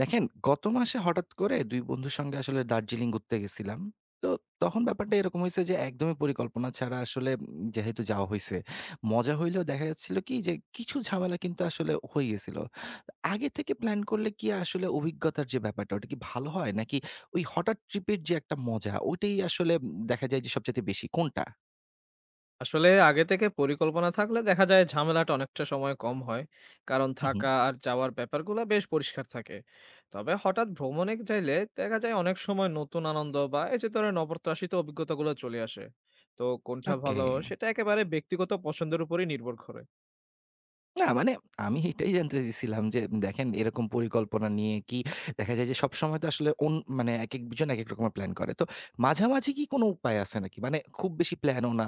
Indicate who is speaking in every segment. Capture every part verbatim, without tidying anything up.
Speaker 1: দেখেন, গত মাসে হঠাৎ করে দুই বন্ধুর সঙ্গে আসলে দার্জিলিং ঘুরতে গেছিলাম। তো তখন ব্যাপারটা এরকম হইছে যে একদমই পরিকল্পনা ছাড়া আসলে উম যেহেতু যাওয়া হইছে, মজা হইলেও দেখা যাচ্ছিল কি যে কিছু ঝামেলা কিন্তু আসলে হয়ে গেছিল। আগে থেকে প্ল্যান করলে কি আসলে অভিজ্ঞতার যে ব্যাপারটা ওটা কি ভালো হয়? নাকি ওই হঠাৎ ট্রিপের যে একটা মজা ওইটাই আসলে উম দেখা যায় যে সবচাইতে বেশি কোনটা?
Speaker 2: আসলে আগে থেকে পরিকল্পনা থাকলে দেখা যায় ঝামেলাটা অনেকটা সময় কম হয়। কারণ
Speaker 1: হু, হু।
Speaker 2: থাকা আর যাওয়ার ব্যাপারগুলো বেশ পরিষ্কার থাকে। তবে হঠাৎ ভ্রমণে চাইলে দেখা যায় অনেক সময় নতুন আনন্দ বা এই যে ধরেন অপ্রত্যাশিত অভিজ্ঞতাগুলো চলে আসে। তো কোনটা
Speaker 1: ওকে।
Speaker 2: ভালো সেটা একেবারে ব্যক্তিগত পছন্দের উপরই নির্ভর করে।
Speaker 1: না মানে আমি এটাই জানতে চাইছিলাম যে দেখেন এরকম পরিকল্পনা নিয়ে কি দেখা যায় যে সবসময় তো আসলে অন মানে একেকজন একেক রকমের প্ল্যান করে। তো মাঝামাঝি কি কোনো উপায় আছে নাকি? মানে খুব বেশি প্ল্যানও না,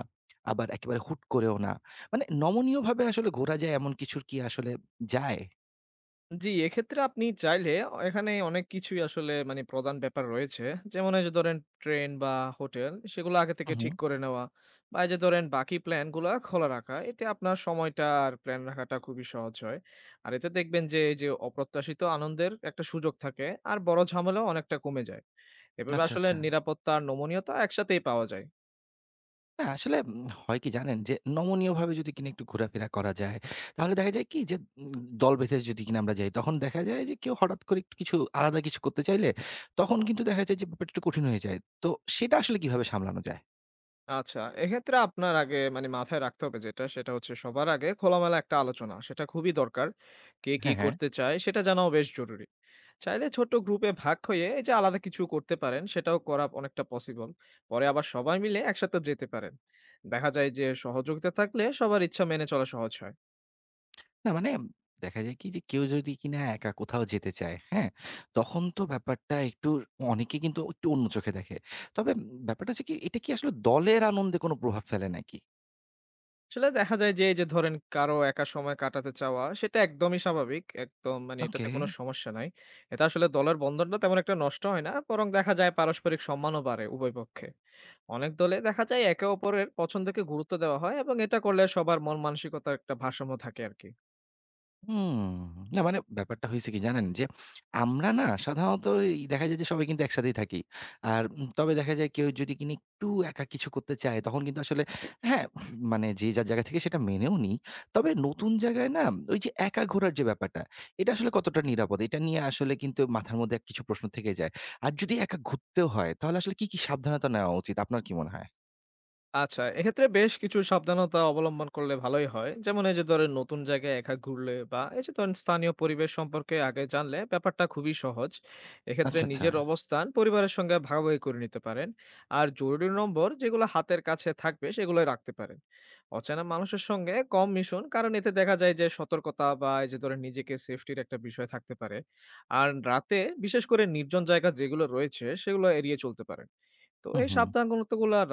Speaker 1: আবার একেবারে হুট করেও না। মানে নমনীয়ভাবে আসলে ঘোরা যায় এমন কিছুর কি আসলে যায়?
Speaker 2: জি, এক্ষেত্রে আপনি চাইলে অ এখানে অনেক কিছুই আসলে মানে প্রধান ব্যাপার রয়েছে। যেমন এই যে ধরেন ট্রেন বা হোটেল সেগুলো আগে
Speaker 1: হু,
Speaker 2: থেকে
Speaker 1: হু।
Speaker 2: ঠিক করে নেওয়া বা এই যে ধরেন বাকি প্ল্যান গুলা খোলা রাখা। এতে আপনার সময়টা আর প্ল্যান রাখাটা খুবই সহজ হয়। আর এতে দেখবেন যে এই যে অপ্রত্যাশিত আনন্দের একটা সুযোগ থাকে আর বড় ঝামেলাও অনেকটা কমে যায়। এভাবে
Speaker 1: আচ্ছা,
Speaker 2: আসলে
Speaker 1: আচ্ছা।
Speaker 2: নিরাপত্তা আর নমনীয়তা একসাথেই পাওয়া যায়।
Speaker 1: না, আসলে উম হয় কি জানেন? যে নমনীয়ভাবে যদি কিনা একটু ঘোরাফেরা করা যায়, তাহলে দেখা যায় কি যে উম দল বেঁধে যদি কিনা আমরা যাই, তখন দেখা যায় যে কেউ হঠাৎ করে একটু কিছু আলাদা কিছু করতে চাইলে, তখন কিন্তু দেখা যায় যে ব্যাপারটা একটু কঠিন হয়ে যায়। তো সেটা আসলে কিভাবে সামলানো যায়?
Speaker 2: আচ্ছা, এক্ষেত্রে আপনার আগে মানে মাথায় রাখতে হবে যেটা, সেটা হচ্ছে সবার আগে খোলামেলা একটা আলোচনা। সেটা খুবই দরকার। কে কি
Speaker 1: হ্যাঁ, হ্যাঁ।
Speaker 2: করতে চায় সেটা জানাও বেশ জরুরি। চাইলে ছোট গ্রুপে ভাগ হয়ে এই যে আলাদা কিছু করতে পারেন, সেটাও করা অনেকটা পসিবল। পরে আবার সবাই মিলে একসাথে যেতে পারেন। দেখা যায় যে সহযোগিতা থাকলে সবার ইচ্ছা মেনে চলা সহজ হয়।
Speaker 1: না মানে দেখা যায় কি যে কেউ যদি কিনা একা কোথাও যেতে চায়, হ্যাঁ? তখন তো ব্যাপারটা একটু অনেকে কিন্তু একটু অন্য চোখে দেখে। তবে উম, ব্যাপারটা হচ্ছে কি, এটা কি আসলে দলের আনন্দে কোনো প্রভাব ফেলে নাকি?
Speaker 2: আসলে দেখা যায় যে, এই যে ধরেন কারো একা সময় কাটাতে চাওয়া সেটা একদমই স্বাভাবিক। একদম মানে
Speaker 1: ওকে।
Speaker 2: এটাতে কোনো সমস্যা নাই। এটা আসলে দলের বন্ধনটা তেমন একটা নষ্ট হয় না। বরং দেখা যায় পারস্পরিক সম্মানও বাড়ে উভয় পক্ষে। অনেক দলে দেখা যায় একে অপরের পছন্দকে গুরুত্ব দেওয়া হয় এবং এটা করলে সবার মন মানসিকতার একটা ভারসাম্য থাকে আরকি।
Speaker 1: হুম। না মানে ব্যাপারটা হইছে কি জানেন? যে আমরা না সাধারণত এই দেখা যায় যে সবাই কিন্তু একসাথেই থাকি। আর উম তবে দেখা যায় কেউ যদি কিনা একটু একা কিছু করতে চায় তখন কিন্তু আসলে হ্যাঁ, মানে যে যার জায়গা থেকে সেটা মেনেও নিই। তবে নতুন জায়গায় না ওই যে একা ঘোরার যে ব্যাপারটা, এটা আসলে কতটা নিরাপদ? এটা নিয়ে আসলে কিন্তু মাথার মধ্যে কিছু প্রশ্ন থেকে যায়। আর যদি একা ঘুরতেও হয় তাহলে আসলে কি, কি সাবধানতা নেওয়া উচিত? আপনার কি মনে হয়?
Speaker 2: আচ্ছা, এক্ষেত্রে বেশ কিছু সাবধানতা অবলম্বন করলে ভালোই হয়। যেমন এই যে ধরেন নতুন জায়গায় একা ঘুরলে বা এই যে ধরেন স্থানীয় পরিবেশ সম্পর্কে আগে জানলে ব্যাপারটা খুবই সহজ। এক্ষেত্রে
Speaker 1: আচ্ছা, আচ্ছা।
Speaker 2: নিজের অবস্থান পরিবারের সঙ্গে ভাগাভাগি করে নিতে পারেন। আর জরুরি নম্বর যেগুলো হাতের কাছে থাকবে সেগুলোই রাখতে পারেন। অচেনা মানুষের সঙ্গে কম মিশুন কারণ এতে দেখা যায় যে সতর্কতা বা এই যে ধরেন নিজেকে সেফটির একটা বিষয় থাকতে পারে। আর রাতে বিশেষ করে নির্জন জায়গা যেগুলো রয়েছে সেগুলো এড়িয়ে চলতে পারেন। তো
Speaker 1: হুম,
Speaker 2: এই
Speaker 1: হুম।
Speaker 2: সাবধানগুলো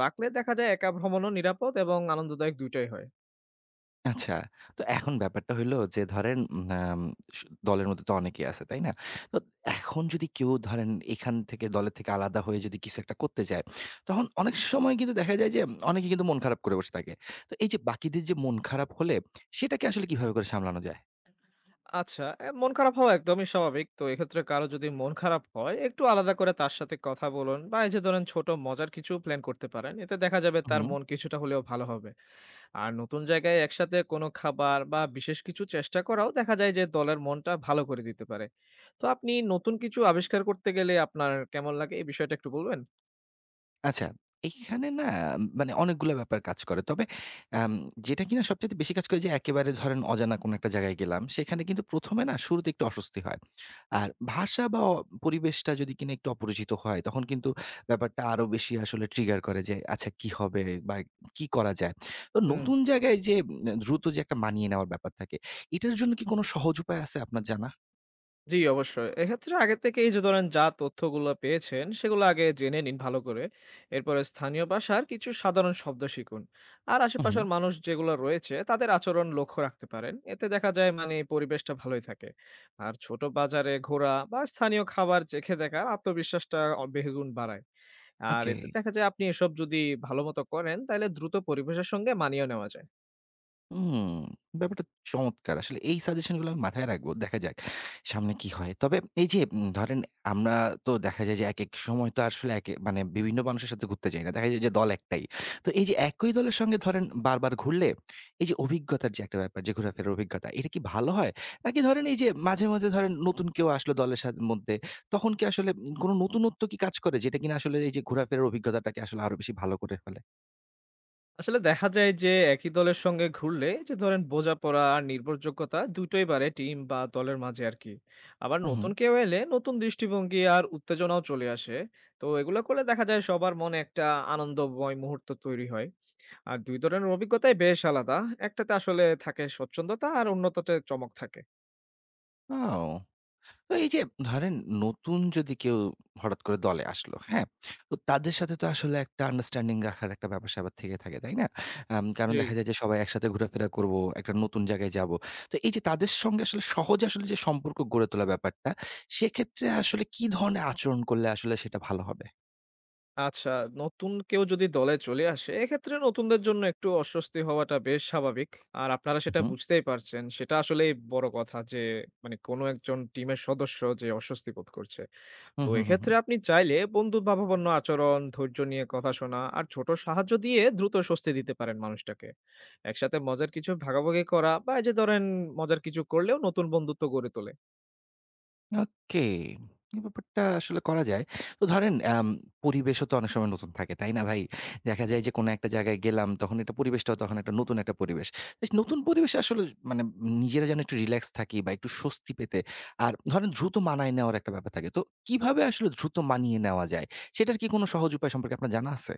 Speaker 2: রাখলে দেখা যায় একা ভ্রমণও নিরাপদ এবং আনন্দদায়ক দুইটাই হয়।
Speaker 1: আচ্ছা। তো এখন ব্যাপারটা হইলো যে ধরেন উম আম সু দলের মধ্যে তো অনেকেই আছে, তাই না? তো এখন যদি কেউ ধরেন এখান থেকে দলের থেকে আলাদা হয়ে যদি কিছু একটা করতে চায়, তখন অনেক সময় কিন্তু দেখা যায় যে অনেকে কিন্তু মন খারাপ করে বসে থাকে। তো এই যে বাকিদের যে মন খারাপ হলে সেটাকে আসলে কিভাবে করে সামলানো যায়?
Speaker 2: আচ্ছা এ, মন খারাপ হওয়া একদমই স্বাভাবিক। তো এক্ষেত্রে কারো যদি মন খারাপ হয় একটু আলাদা করে তার সাথে কথা বলুন বা এই যে ধরেন ছোট মজার কিছু প্ল্যান করতে পারেন, এতে দেখা যাবে তার
Speaker 1: উহু।
Speaker 2: মন কিছুটা হলেও ভালো হবে। আর নতুন জায়গায় একসাথে কোনো খাবার বা বিশেষ কিছু চেষ্টা করাও দেখা যায় যে দলের মনটা ভালো করে দিতে পারে। তো আপনি নতুন কিছু আবিষ্কার করতে গেলে আপনার কেমন লাগে এই বিষয়টা একটু বলবেন।
Speaker 1: আচ্ছা, এইখানে না মানে অনেকগুলা ব্যাপার কাজ করে। তবে আম যেটা কিনা সবচাইতে বেশি কাজ করে যে একেবারে ধরেন অজানা কোনো একটা জায়গায় গেলাম, সেখানে কিন্তু ১ম এ না শুরুতে একটু অস্বস্তি হয়। আর ভাষা বা অ পরিবেশটা যদি কিনা একটু অপরিচিত হয়, তখন কিন্তু ব্যাপারটা আরো বেশি আসলে ট্রিগার করে যে আচ্ছা কি হবে বা কি করা যায়? তো
Speaker 2: হুম।
Speaker 1: নতুন জায়গায় যে এ দ্রুত যে একটা মানিয়ে নেওয়ার ব্যাপার থাকে, এটার জন্য কি কোনো সহজ উপায় আছে আপনার জানা?
Speaker 2: জি, অবশ্যই। এক্ষেত্রে আগে থেকে এই যে ধরেন যা তথ্যগুলো পেয়েছেন, সেগুলো আগে জেনে নিন ভালো করে। এরপরে স্থানীয় ভাষার কিছু সাধারণ শব্দ শিখুন। আর
Speaker 1: হু, হু।
Speaker 2: আশেপাশের মানুষ যেগুলো রয়েছে, তাদের আচরণ লক্ষ্য রাখতে পারেন। এতে দেখা যায় মানে পরিবেশটা ভালোই থাকে। আর ছোট বাজারে ঘোরা বা স্থানীয় খাবার চেখে দেখার আত্মবিশ্বাসটা অ বহুগুণ বাড়ায়। আর
Speaker 1: ওকে।
Speaker 2: এতে দেখা যায় আপনি এসব যদি ভালো মতো করেন, তাইলে দ্রুত পরিবেশের সঙ্গে মানিয়েও নেওয়া যায়।
Speaker 1: হুম, ব্যাপারটা চমৎকার। আসলে এই সাজেশনগুলো আমি মাথায় রাখবো। দেখা যাক সামনে কি হয়। তবে এই যে উম ধরেন আমরা তো দেখা যায় যে একেক সময় তো আসলে একে মানে বিভিন্ন মানুষের সাথে ঘুরতে যাই না। দেখা যায় যে দল একটাই। তো এই যে একই দলের সঙ্গে ধরেন বারবার ঘুরলে এই যে অভিজ্ঞতার যে একটা ব্যাপার যে ঘোরাফেরার অভিজ্ঞতা, এটা কি ভালো হয়? নাকি ধরেন এই যে মাঝে, মাঝে ধরেন নতুন কেউ আসলো দলের সাথ মধ্যে তখন কি আসলে উম কোনো নতুনত্ব কি কাজ করে যেটা কিনা আসলে এই যে ঘোরাফেরার অভিজ্ঞতাটাকে আসলে আরো বেশি ভালো করে ফেলে?
Speaker 2: আসলে দেখা যায় যে একই দলের সঙ্গে ঘুরলে এই যে ধরেন বোঝাপড়া আর নির্ভরযোগ্যতা দুটোই বাড়ে টিম বা দলের মাঝে আর কি। আবার
Speaker 1: উহু,
Speaker 2: নতুন কেউ এলে নতুন দৃষ্টিভঙ্গি আর উত্তেজনাও চলে আসে। তো এগুলো করলে দেখা যায় সবার মনে একটা আনন্দময় মুহূর্ত তৈরি হয়। আর দুই ধরনের অভিজ্ঞতাই বেশ আলাদা। একটাতে আসলে থাকে স্বচ্ছন্দতা আর অন্যটাতে চমক থাকে।
Speaker 1: ও। তো এই যে ধরেন নতুন যদি কেউ হঠাৎ করে দলে আসলো, হ্যাঁ? তো তাদের সাথে তো আসলে একটা আন্ডারস্ট্যান্ডিং রাখার একটা ব্যাপার-স্যাপার থেকে থাকে, তাই না? আম কারণ
Speaker 2: জি।
Speaker 1: দেখা যায় যে সবাই একসাথে ঘোরাফেরা করব, একটা নতুন জায়গায় যাব। তো এই যে তাদের সঙ্গে আসলে সহজে আসলে যে সম্পর্ক গড়ে তোলা ব্যাপারটা, সেক্ষেত্রে আসলে কি ধরনের আচরণ করলে আসলে সেটা ভালো হবে?
Speaker 2: আচ্ছা, নতুন কেউ যদি দলে চলে আসে, এক্ষেত্রে নতুনদের জন্য একটু অস্বস্তি হওয়াটা বেশ স্বাভাবিক। আর আপনারা সেটা
Speaker 1: উহু,
Speaker 2: বুঝতেই পারছেন। সেটা আসলেই বড় কথা যে, মানে কোনো একজন টিমের সদস্য যে অস্বস্তি বোধ করছে।
Speaker 1: হু,
Speaker 2: তো
Speaker 1: হু, হু, হু।
Speaker 2: এক্ষেত্রে আপনি চাইলে বন্ধুভাবাপন্ন আচরণ, ধৈর্য নিয়ে কথা শোনা আর ছোট সাহায্য দিয়ে দ্রুত স্বস্তি দিতে পারেন মানুষটাকে। একসাথে মজার কিছু ভাগাভাগি করা বা এই যে ধরেন মজার কিছু করলেও নতুন বন্ধুত্ব গড়ে তোলে।
Speaker 1: ওকে। এই ব্যাপারটা আসলে করা যায়। তো ধরেন আম পরিবেশও তো অনেক সময় নতুন থাকে, তাই না ভাই? দেখা যায় যে কোনো একটা জায়গায় গেলাম, তখন এটা পরিবেশটাও তখন একটা নতুন একটা পরিবেশ। বেশ নতুন পরিবেশে আসলে মানে নিজেরা যেন একটু রিল্যাক্স থাকি বা একটু স্বস্তি পেতে আর ধরেন দ্রুত মানায় নেওয়ার একটা ব্যাপার থাকে। তো কিভাবে আসলে দ্রুত মানিয়ে নেওয়া যায়? সেটার কি কোনো সহজ উপায় সম্পর্কে আপনার জানা আছে?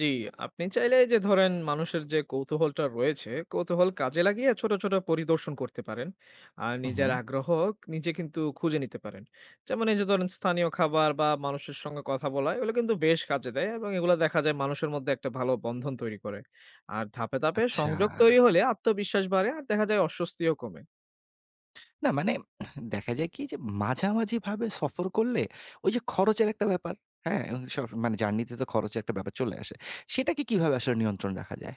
Speaker 2: জি, আপনি চাইলে এই যে ধরেন মানুষের যে কৌতূহলটা রয়েছে, কৌতূহল কাজে লাগিয়ে ছোট, ছোট পরিদর্শন করতে পারেন। আর
Speaker 1: হু, হু।
Speaker 2: নিজের আগ্রহ নিজে কিন্তু খুঁজে নিতে পারেন। যেমন এই যে ধরেন স্থানীয় খাবার বা মানুষের সঙ্গে কথা বলা এগুলো কিন্তু বেশ কাজে দেয় এবং এগুলো দেখা যায় মানুষের মধ্যে একটা ভালো বন্ধন তৈরি করে। আর ধাপে, ধাপে
Speaker 1: আচ্ছা।
Speaker 2: সংযোগ তৈরি হলে আত্মবিশ্বাস বাড়ে আর দেখা যায় অস্বস্তিও কমে।
Speaker 1: না মানে দেখা যায় কি যে মাঝামাঝিভাবে সফর করলে ওই যে খরচের একটা ব্যাপার, হ্যাঁ? এবং সব মানে জার্নিতে তো খরচের একটা ব্যাপার চলে আসে। সেটাকে কিভাবে আসলে নিয়ন্ত্রণ রাখা যায়?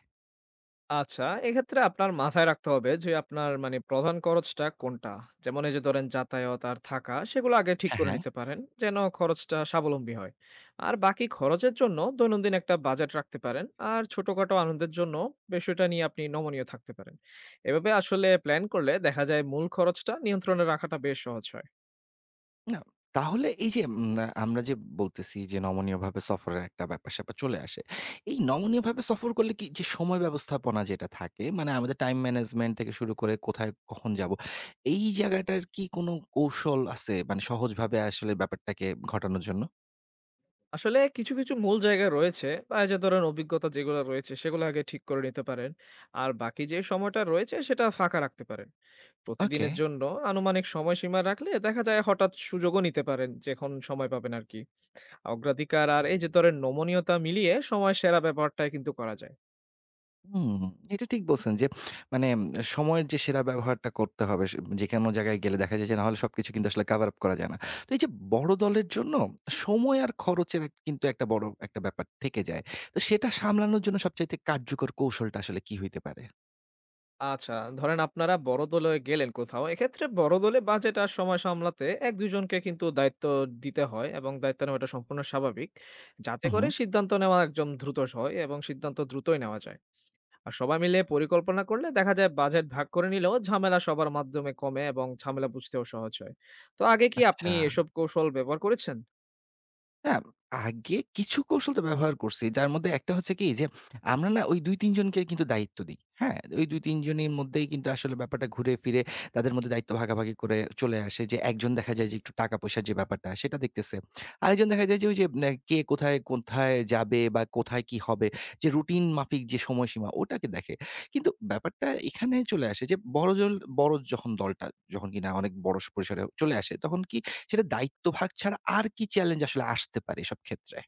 Speaker 2: আচ্ছা, এক্ষেত্রে আপনার মাথায় রাখতে হবে যে আপনার মানে প্রধান খরচটা কোনটা? যেমন এই যে ধরেন যাতায়াত আর থাকা সেগুলো আগে ঠিক
Speaker 1: হ্যাঁ,
Speaker 2: করে
Speaker 1: হ্যাঁ।
Speaker 2: নিতে পারেন যেন খরচটা স্বাবলম্বী হয়। আর বাকি খরচের জন্য দৈনন্দিন একটা বাজেট রাখতে পারেন। আর ছোটখাটো আনন্দের জন্য বিষয়টা নিয়ে আপনি নমনীয় থাকতে পারেন। এভাবে আসলে প্ল্যান করলে দেখা যায় মূল খরচটা নিয়ন্ত্রণে রাখাটা বেশ সহজ হয়।
Speaker 1: না, তাহলে এই যে উম আ আমরা যে বলতেছি যে নমনীয়ভাবে সফরের একটা ব্যাপার-স্যাপার চলে আসে। এই নমনীয়ভাবে সফর করলে কি যে সময় ব্যবস্থাপনা যেটা থাকে মানে আমাদের টাইম ম্যানেজমেন্ট থেকে শুরু করে কোথায় কখন যাবো, এই জায়গাটার কি কোনো কৌশল আছে? মানে সহজভাবে আসলে ব্যাপারটাকে ঘটানোর জন্য?
Speaker 2: আসলে কিছু, কিছু মূল জায়গা রয়েছে বা এই যে ধরেন অভিজ্ঞতা যেগুলো রয়েছে সেগুলো আগে ঠিক করে নিতে পারেন। আর বাকি যে সময়টা রয়েছে সেটা ফাঁকা রাখতে পারেন।
Speaker 1: ওকে।
Speaker 2: প্রতিদিনের জন্য আনুমানিক সময়সীমা রাখলে দেখা যায় হঠাৎ সুযোগও নিতে পারেন যখন সময় পাবেন আরকি। অগ্রাধিকার আর এই যে ধরেন নমনীয়তা মিলিয়ে সময় সেরা ব্যাপারটাই কিন্তু করা যায়।
Speaker 1: হুম, এটা ঠিক বলছেন যে মানে উম, সময়ের যে সেরা ব্যবহারটা করতে হবে সে যেকোনো জায়গায় গেলে দেখা যায় যে নাহলে সবকিছু কিন্তু আসলে কভার আপ করা যায় না। তো এই যে বড় দলের জন্য সময় আর খরচের এক কিন্তু একটা বড় একটা ব্যাপার থেকে যায়। তো সেটা সামলানোর জন্য সবচাইতে কার্যকর কৌশলটা আসলে কি হইতে পারে?
Speaker 2: আচ্ছা, ধরেন আপনারা বড় দলে গেলেন কোথাও। এক্ষেত্রে বড় দলে বাজেট আর সময় সামলাতে এক দুই জনকে কিন্তু দায়িত্ব দিতে হয় এবং দায়িত্ব নেওয়াটা সম্পূর্ণ স্বাভাবিক।
Speaker 1: হু,
Speaker 2: যাতে
Speaker 1: হু।
Speaker 2: করে সিদ্ধান্ত নেওয়া একদম দ্রুত হয় এবং সিদ্ধান্ত দ্রুতই নেওয়া যায়। আর সবাই মিলে পরিকল্পনা করলে দেখা যায় বাজেট ভাগ করে নিলেও ঝামেলা সবার মাধ্যমে কমে এবং ঝামেলা বুঝতেও সহজ হয়। তো আগে কি আপনি
Speaker 1: আচ্ছা।
Speaker 2: এসব কৌশল ব্যবহার করেছেন?
Speaker 1: না, আগে কিছু কৌশল তো ব্যবহার করছি। যার মধ্যে একটা হচ্ছে কি যে, আমরা না ওই দুই তিন জনকে কিন্তু দায়িত্ব দিই। হ্যাঁ? ওই দুই তিন জনের মধ্যেই কিন্তু আসলে ব্যাপারটা ঘুরে ফিরে তাদের মধ্যে দায়িত্ব ভাগাভাগি করে চলে আসে যে, একজন দেখা যায় যে একটু টাকা-পয়সার যে ব্যাপারটা সেটা দেখতেছে। আরেকজন দেখা যায় যে ওই যে নে কে কোথায়, কোথায় যাবে বা কোথায় কি হবে যে রুটিন মাফিক যে সময়সীমা ওটাকে দেখে। কিন্তু ব্যাপারটা এখানে চলে আসে যে বড় জল বড় যখন দলটা যখন কিনা অনেক বড় স পরিসরে চলে আসে তখন কি সেটা দায়িত্বভাগ ছাড়া আর কি চ্যালেঞ্জ আসলে আসতে পারে এসব ক্ষেত্রে?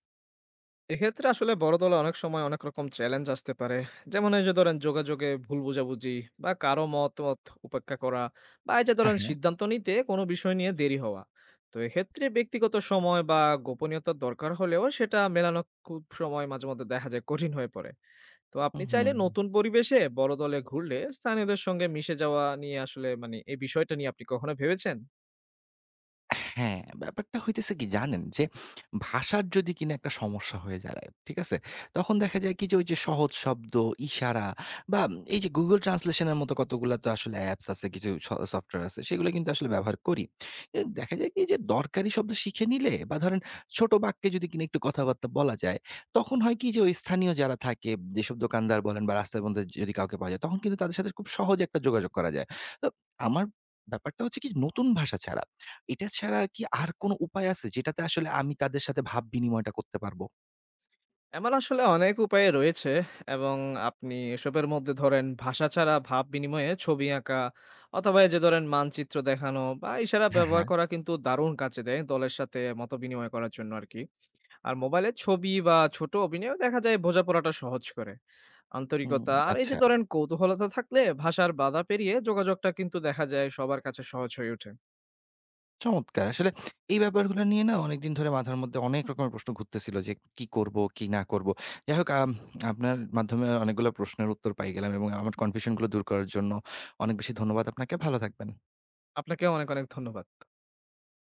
Speaker 2: এক্ষেত্রে আসলে বড় দলে অনেক সময় অনেক রকম চ্যালেঞ্জ আসতে পারে। যেমন এই যে ধরেন যোগাযোগে ভুল বোঝাবুঝি বা কারো মতামত উপেক্ষা করা বা এই যে
Speaker 1: হ্যাঁ,
Speaker 2: ধরেন
Speaker 1: হ্যাঁ।
Speaker 2: সিদ্ধান্ত নিতে কোনো বিষয় নিয়ে দেরি হওয়া। তো এক্ষেত্রে ব্যক্তিগত সময় বা গোপনীয়তার দরকার হলেও সেটা মেলানো খুব সময় মাঝে মধ্যে দেখা যায় কঠিন হয়ে পড়ে। তো
Speaker 1: হুম,
Speaker 2: আপনি চাইলে
Speaker 1: হুম।
Speaker 2: নতুন পরিবেশে বড় দলে ঘুরলে স্থানীয়দের সঙ্গে মিশে যাওয়া নিয়ে আসলে মানে এই বিষয়টা নিয়ে আপনি কখনো ভেবেছেন?
Speaker 1: হ্যাঁ, ব্যাপারটা হইতেছে কি জানেন? যে ভাষার যদি কিনা একটা সমস্যা হয়ে দাঁড়ায়, ঠিক আছে? তখন দেখা যায় কি যে ওই যে সহজ শব্দ, ইশারা বা এই যে Google Translation এর মতো কতগুলা তো আসলে অ্যাপস আছে, কিছু স সফটওয়্যার আছে, সেগুলো কিন্তু আসলে ব্যবহার করি। এ দেখা যায় কি যে দরকারি শব্দ শিখে নিলে বা ধরেন ছোট বাক্যে যদি কিনা একটু কথাবার্তা বলা যায়, তখন হয় কি যে ওই স্থানীয় যারা থাকে, যেসব দোকানদার বলেন বা রাস্তার মধ্যে যদি কাউকে পাওয়া যায়, তখন কিন্তু তাদের সাথে খুব সহজে একটা যোগাযোগ করা যায়। তো আমার ব্যাপারটা হচ্ছে কি নতুন ভাষা ছাড়া এটা ছাড়া কি আর কোনো উপায় আছে যেটাতে আসলে আমি তাদের সাথে ভাব বিনিময়টা করতে পারবো?
Speaker 2: এমন আসলে অনেক উপায় রয়েছে এবং আপনি এসবের মধ্যে ধরেন ভাষা ছাড়া ভাব বিনিময়ে ছবি আঁকা অথবা এই যে ধরেন মানচিত্র দেখানো বা ইশারা
Speaker 1: হ্যাঁ,
Speaker 2: ব্যবহার
Speaker 1: হ্যাঁ।
Speaker 2: করা কিন্তু দারুণ কাজে দেয় দলের সাথে মত বিনিময় করার জন্য আর কি। আর মোবাইলে ছবি বা ছোট অভিনয়ও দেখা যায় বোঝাপড়াটা সহজ করে।
Speaker 1: হুম,
Speaker 2: আন্তরিকতা আর এই যে
Speaker 1: আচ্ছা।
Speaker 2: ধরেন কৌতূহলতা থাকলে ভাষার বাধা পেরিয়ে যোগাযোগটা কিন্তু দেখা যায় সবার কাছে সহজ হয়ে ওঠে।
Speaker 1: চমৎকার! আসলে এই ব্যাপারগুলো নিয়ে না অনেকদিন ধরে মাথার মধ্যে অনেক রকমের প্রশ্ন ঘুরতেছিল যে কি করব, কি না করব। যাই হোক আম আপনার মাধ্যমে অনেকগুলো প্রশ্নের উত্তর পাই গেলাম এবং আমার কনফিউশন গুলো দূর করার জন্য অনেক বেশি ধন্যবাদ আপনাকে। ভালো থাকবেন।
Speaker 2: আপনাকেও অনেক, অনেক ধন্যবাদ।